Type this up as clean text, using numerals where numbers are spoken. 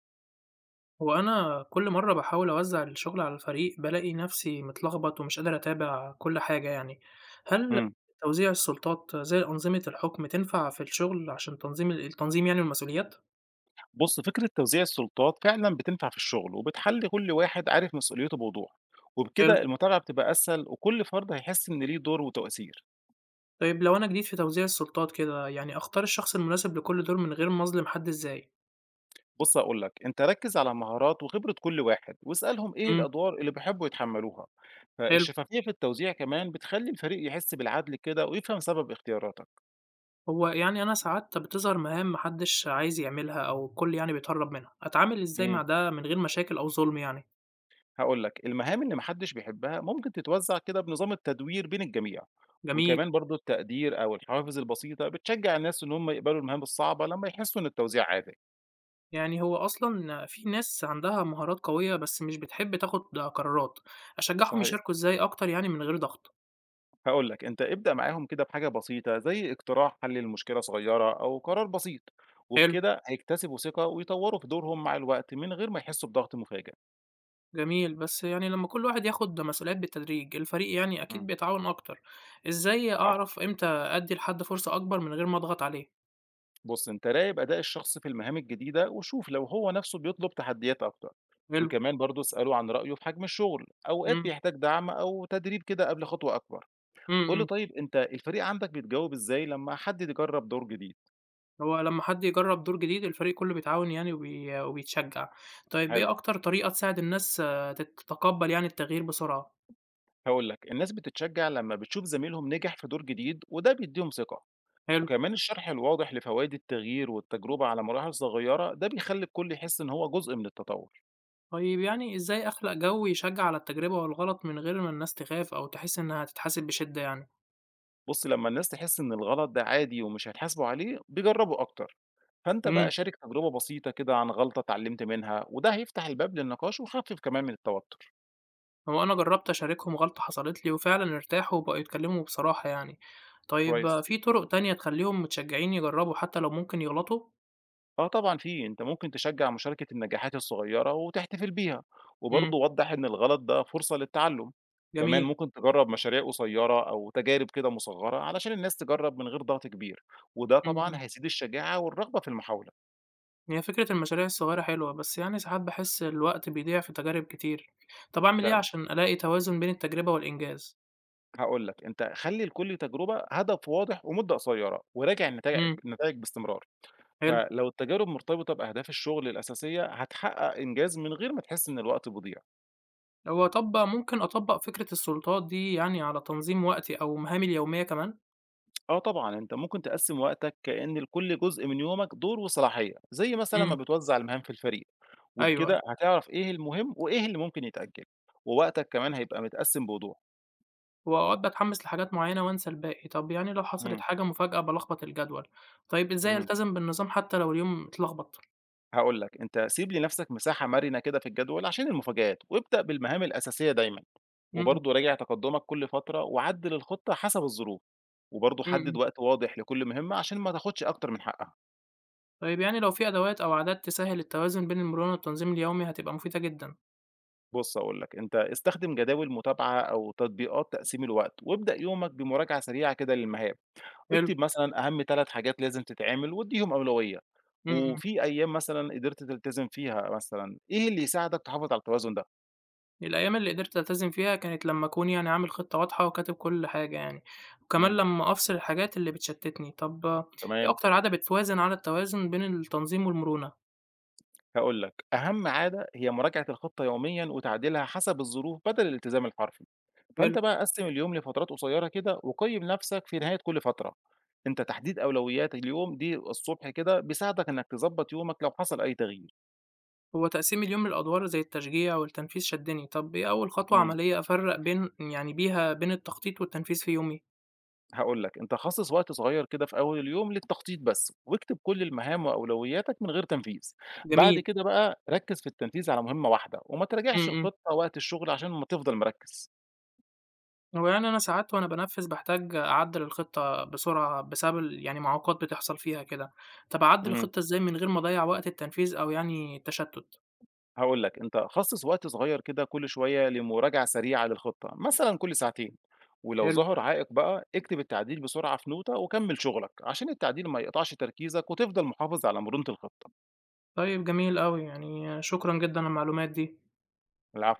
هو أنا كل مرة باحاول أوزّع الشغل على الفريق، بالاقي نفسي متلخبط ومش قادر أتابع كل حاجة يعني. هل إمم. توزيع السلطات زي أنظمة الحكم تنفع في الشغل عشان تنظيم يعني والمسؤوليات؟ بُص، فكرة توزيع السلطات فعلًا بتنفع في الشغل، وبتخلّي كل واحد عارف مسؤوليته بوضوح، حلو. وبكده المتابعة بتبقى أسهل وكل فرد هيحس إن ليه دور وتأثير. طيب لو أنا جديد في توزيع السلطات كده، يعني أختار الشخص المناسب لكل دور من غير ما أظلم حد إزاي؟ بُص هاقول لك، أنت ركّز على مهارات وخبرة كل واحد، واسألهم إيه إمم، الأدوار اللي بيحبوا يتحمّلوها. حلو. فالشفافية في التوزيع كمان بتخلّي الفريق يحس بالعدل كده ويفهم سبب اختياراتك. هو يعني أنا ساعات بتظهر مهام ما حدش عايز يعملها أو الكل يعني بيتهرب منها، أتعامل إزاي إمم. مع ده من غير مشاكل أو ظلم يعني؟ هاقول لك، المهام اللي ما حدش بيحبها ممكن تتوزع كده بنظام التدوير بين الجميع، جميل. وكمان برضه التقدير أو الحوافز البسيطة بتشجّع الناس إن هم يقبلوا المهام الصعبة لمّا يحسّوا إن التوزيع عادل. يعني هو أصلًا في ناس عندها مهارات قوية بس مش بتحب تاخد قرارات، أشجعهم صحيح، يشاركوا إزاي أكتر يعني من غير ضغط؟ هاقول لك أنت ابدأ معاهم كده بحاجة بسيطة زي اقتراح حل لمشكلة صغيرة أو قرار بسيط، حلو، وبكده هيكتسبوا ثقة ويطوّروا في دورهم مع الوقت من غير ما يحسّوا بضغط مفاجئ. جميل، بس يعني لمّا كل واحد ياخد مسؤوليات بالتدريج الفريق يعني إمم، أكيد بيتعاون أكتر، إزاي صح. أعرف إمتى أدّي لحد فرصة أكبر من غير ما أضغط عليه؟ بص انت راقب اداء الشخص في المهام الجديده وشوف لو هو نفسه بيطلب تحديات اكتر حلو. وكمان برضه اساله عن رايه في حجم الشغل اوقات إمم، بيحتاج دعم او تدريب كده قبل خطوه اكبر. إمم، قول لي إمم، طيب انت الفريق عندك بيتجاوب ازاي لما حد يجرب دور جديد؟ هو لمّا حد يجرّب دور جديد الفريق كله بيتعاون يعني وبيتشجع، طيب إيه حلو. أكتر طريقة تساعد الناس تتقبّل يعني التغيير بسرعة؟ هقول لك الناس بتتشجع لما بتشوف زميلهم نجح في دور جديد وده بيديهم ثقه، حلو. وكمان الشرح الواضح لفوائد التغيير والتجربه على مراحل صغيره ده بيخلي الكل يحس ان هو جزء من التطور. طيب يعني إزاي أخلق جو يشجّع على التجربة والغلط من غير ما الناس تخاف أو تحس إنها هتتحاسب بشدة يعني؟ بص لما الناس تحس ان الغلط ده عادي ومش هيتحاسبوا عليه بيجربوا اكتر. فأنت بقى إمم، شارك تجربة بسيطة كده عن غلطة اتعلمت منها، وده هيفتح الباب للنقاش ويخفف كمان من التوتر. هو أنا جرّبت أشاركهم غلطة حصلت لي وفعلًا ارتاحوا وبقوا يتكلّموا بصراحة يعني. طيب كويس. في طُرق تانية تخلّيهم متشجّعين يجرّبوا حتى لو ممكن يغلطوا؟ اه طبعا في، انت ممكن تشجع مشاركة النجاحات الصغيرة وتحتفل بيها، إمم، وبرضه وضح ان الغلط ده فرصة للتعلم. كمان جميل. ممكن تجرب مشاريع قصيرة او تجارب كده مصغرة علشان الناس تجرب من غير ضغط كبير، وده إمم، طبعا إمم. هيزيد الشجاعة والرغبة في المحاولة. هي فكرة المشاريع الصغيرة حلوة، بس يعني ساعات باحس الوقت بيضيع في تجارب كتير. طَب أعمل إيه فعلا. عشان ألاقي توازن بين التجربة والإنجاز؟ هقول لك انت خلي لكل تجربة هدف واضح ومدة قصيرة وراجع النتائج إمم، نتائج باستمرار. حلو. فلو التجارب مرتبطة بأهداف الشغل الأساسية هتحقق إنجاز من غير ما تحس إن الوقت بيضيع. هو طَب ممكن أطبّق فكرة السلطات دي يعني على تنظيم وقتي أو مهامي اليومية كمان؟ آه طبعًا، أنت ممكن تقسم وقتك كأن لكل جزء من يومك دور وصلاحية، زي مثلًا ما إمم، بتوزع المهام في الفريق، أيوه، وبكده هتعرف إيه المهم وإيه اللي ممكن يتأجل، ووقتك كمان هيبقى متقسم بوضوح. وأوقات باتحمّس لحاجات معيّنة وانسى الباقي، طَب يعني لو حصلت إمم، حاجة مفاجأة بالخبط الجدول، طيب إزاي إمم، ألتزم بالنظام حتى لو اليوم اتلخبط؟ هاقول لك أنت سيب لنفسك مساحة مرنة كده في الجدول عشان المفاجآت، وابدأ بالمهام الأساسية دايمًا. إمم، وبرضه راجع تقدُّمك كل فترة وعدِّل الخطة حسب الظروف، وبرضه إمم، حدِّد إمم، وقت واضح لكل مهمة عشان ما تاخدش أكتر من حقّها. طيب يعني لو في أدوات أو عادات تسهّل التوازن بين المرونة والتنظيم اليومي هتبقى مفيدة جدًا، بُص هاقول لك، أنت استخدم جداول متابعة أو تطبيقات تقسيم الوقت، وابدأ يومك بمراجعة سريعة كده للمهام، حلو. اكتب مثلًا أهم 3 حاجات لازم تتعمل وادّيهم أولوية، إمم، إمم. وفي أيام مثلًا قدرت تلتزم فيها مثلًا، إيه اللي يساعدك تحافظ على التوازن ده؟ الأيام اللي قدرت ألتزم فيها كانت لمّا أكون يعني عامل خطة واضحة وكاتب كل حاجة يعني، وكمان إمم، لمّا أفصل الحاجات اللي بتشتتني. طب إيه تمام. أكتر عادة بتوازن على التوازن بين التنظيم والمرونة؟ هاقول لك، أهم عادة هي مراجعة الخطة يوميًا وتعديلها حسب الظروف بدل الالتزام الحرفي، فأنت حلو، بقى قسِّم اليوم لفترات قصيرة كده وقيِّم نفسك في نهاية كل فترة، أنت تحديد أولويات اليوم دي الصبح كده بيساعدك إنك تضبّط يومك لو حصل أي تغيير. هو تقسيم اليوم لأدوار زي التشجيع والتنفيذ شدّني، طب إيه أول خطوة إمم. عملية أفرّق بين يعني بيها بين التخطيط والتنفيذ في يومي؟ هاقول لك، أنت خصِّص وقت صغير كده في أول اليوم للتخطيط بس، واكتب كل المهام وأولوياتك من غير تنفيذ، بعد جميل. كده بقى ركِّز في التنفيذ على مهمة واحدة وما إمم، تراجعش إمم. الخطة وقت الشغل عشان ما تفضل مركِّز. هو يعني أنا ساعات وأنا بانفذ باحتاج أعدّل الخطة بسرعة بسبب ال يعني معوقات بتحصل فيها كده. طب أعدّل إمم. الخطة إزاي من غير ما أضيّع وقت التنفيذ أو يعني التشتت؟ هاقول لك، أنت خصّص وقت صغير كده كل شوية لمراجعة سريعة للخطة، مثلًا كل ساعتين، ولو حلو. ظهر عائق بقى اكتب التعديل بسرعة في نوتة وكمّل شغلك، عشان التعديل ما يقطعش تركيزك وتفضل محافظ على مرونة الخطة. طيب جميل أوي، يعني شكرًا جدًا على المعلومات دي. العفو.